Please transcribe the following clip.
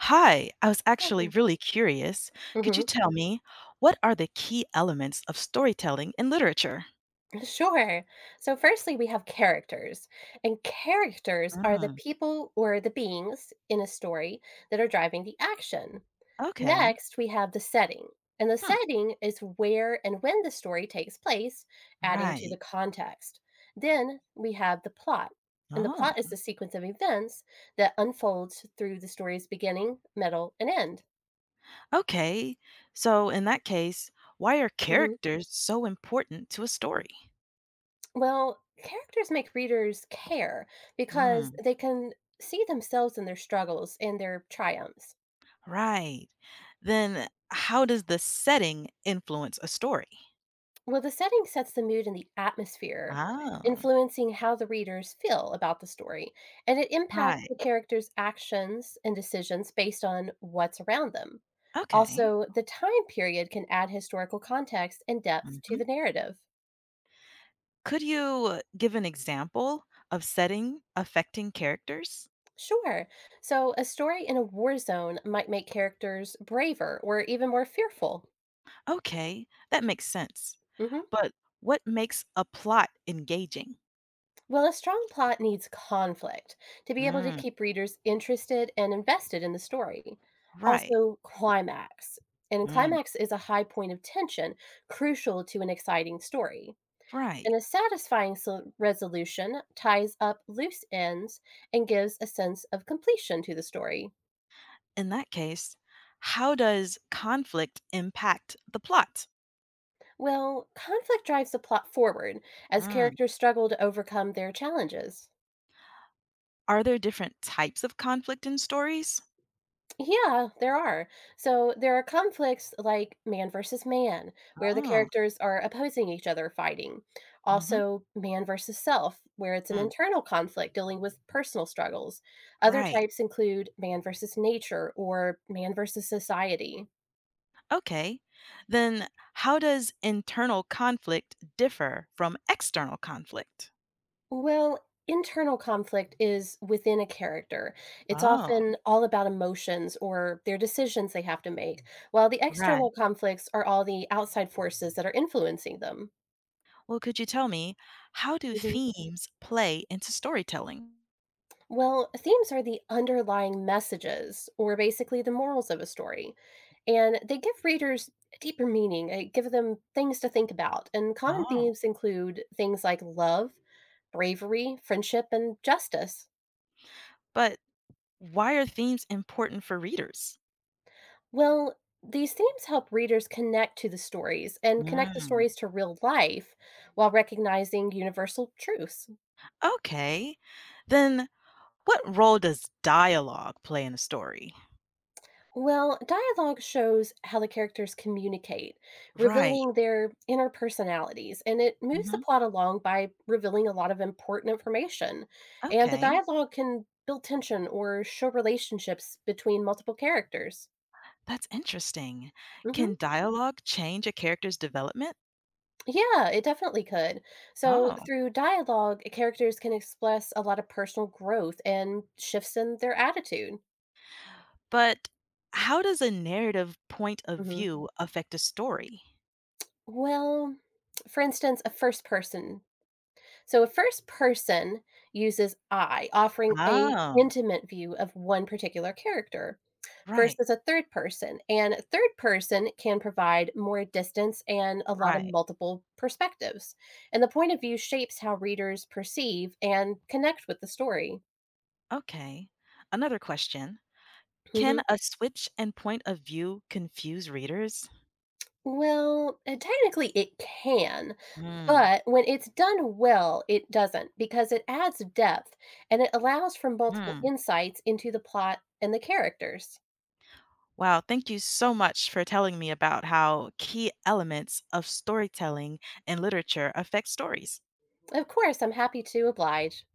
Hi, I was actually Mhm. really curious. Could you Mhm. tell me, what are the key elements of storytelling in literature? Sure. So, firstly, we have characters, and characters are the Mm, people or the beings in a story that are driving the action. okay. Next, we have the setting, and the Hmm, setting is where and when the story takes place, adding to right. the context. Then we have the plot, and the Oh, plot is the sequence of events that unfolds through the story's beginning, middle, and end. okay. So, in that case, why are Mm-hmm. characters so important to a story? Well, characters make readers care because Mm, they can see themselves in their struggles and their triumphs. right. Then, how does the setting influence a story? Well, the setting sets the mood and the atmosphere, Oh, influencing how the readers feel about the story, and it impacts right. the characters' actions and decisions based on what's around them. Okay. Also, the time period can add historical context and depth to Mhm. the narrative. Could you give an example of setting affecting characters? Sure. So, a story in a war zone might make characters braver or even more fearful. Okay, that makes sense. hmm But what makes a plot engaging? Well, a strong plot needs conflict to be able to Mm, keep readers interested and invested in the story. right. Also, climax. And Mm, climax is a high point of tension, crucial to an exciting story. right. And a satisfying resolution ties up loose ends and gives a sense of completion to the story. In that case, how does conflict impact the plot? Well, conflict drives the plot forward as Mm. characters struggle to overcome their challenges. Are there different types of conflict in stories? Yeah, there are. So there are conflicts like man versus man, where the Oh, characters are opposing each other fighting. mm-hmm. Also, man versus self, where it's an internal conflict dealing with personal struggles. Other Right. types include man versus nature or man versus society. Okay. Then how does internal conflict differ from external conflict? Well, internal conflict is within a character. It's Oh, often all about emotions or their decisions they have to make, while the external right. conflicts are all the outside forces that are influencing them. Well, could you tell me, how do Mm-hmm. themes play into storytelling? Well, themes are the underlying messages, or basically the morals of a story, and they give readers deeper meaning, give them things to think about. And common Oh, themes include things like love, bravery, friendship, and justice. but why are themes important for readers? Well, these themes help readers connect to the stories and connect the Mm. stories to real life while recognizing universal truths. Okay. Then what role does dialogue play in a story? Well, dialogue shows how the characters communicate, Right. revealing their inner personalities, and it moves the Hmm. plot along by revealing a lot of important information. And the Okay. dialogue can build tension or show relationships between multiple characters. That's interesting. hmm Can dialogue change a character's development? Yeah, it definitely could. So, Oh, through dialogue, characters can express a lot of personal growth and shifts in their attitude. but how does a narrative point of hmm view affect a story? Well, for instance, a first person So a first person uses I, offering a Oh, intimate view of one particular character right, versus a third person. And a third person can provide more distance and a lot of right. multiple perspectives. And the point of view shapes how readers perceive and connect with the story. Okay. Another question. hmm Can a switch and point of view confuse readers? Well, technically it can, Mm. but when it's done well, it doesn't because it adds depth and it allows for multiple Mm. insights into the plot and the characters. Wow, thank you so much for telling me about how key elements of storytelling and literature affect stories. Of course, I'm happy to oblige.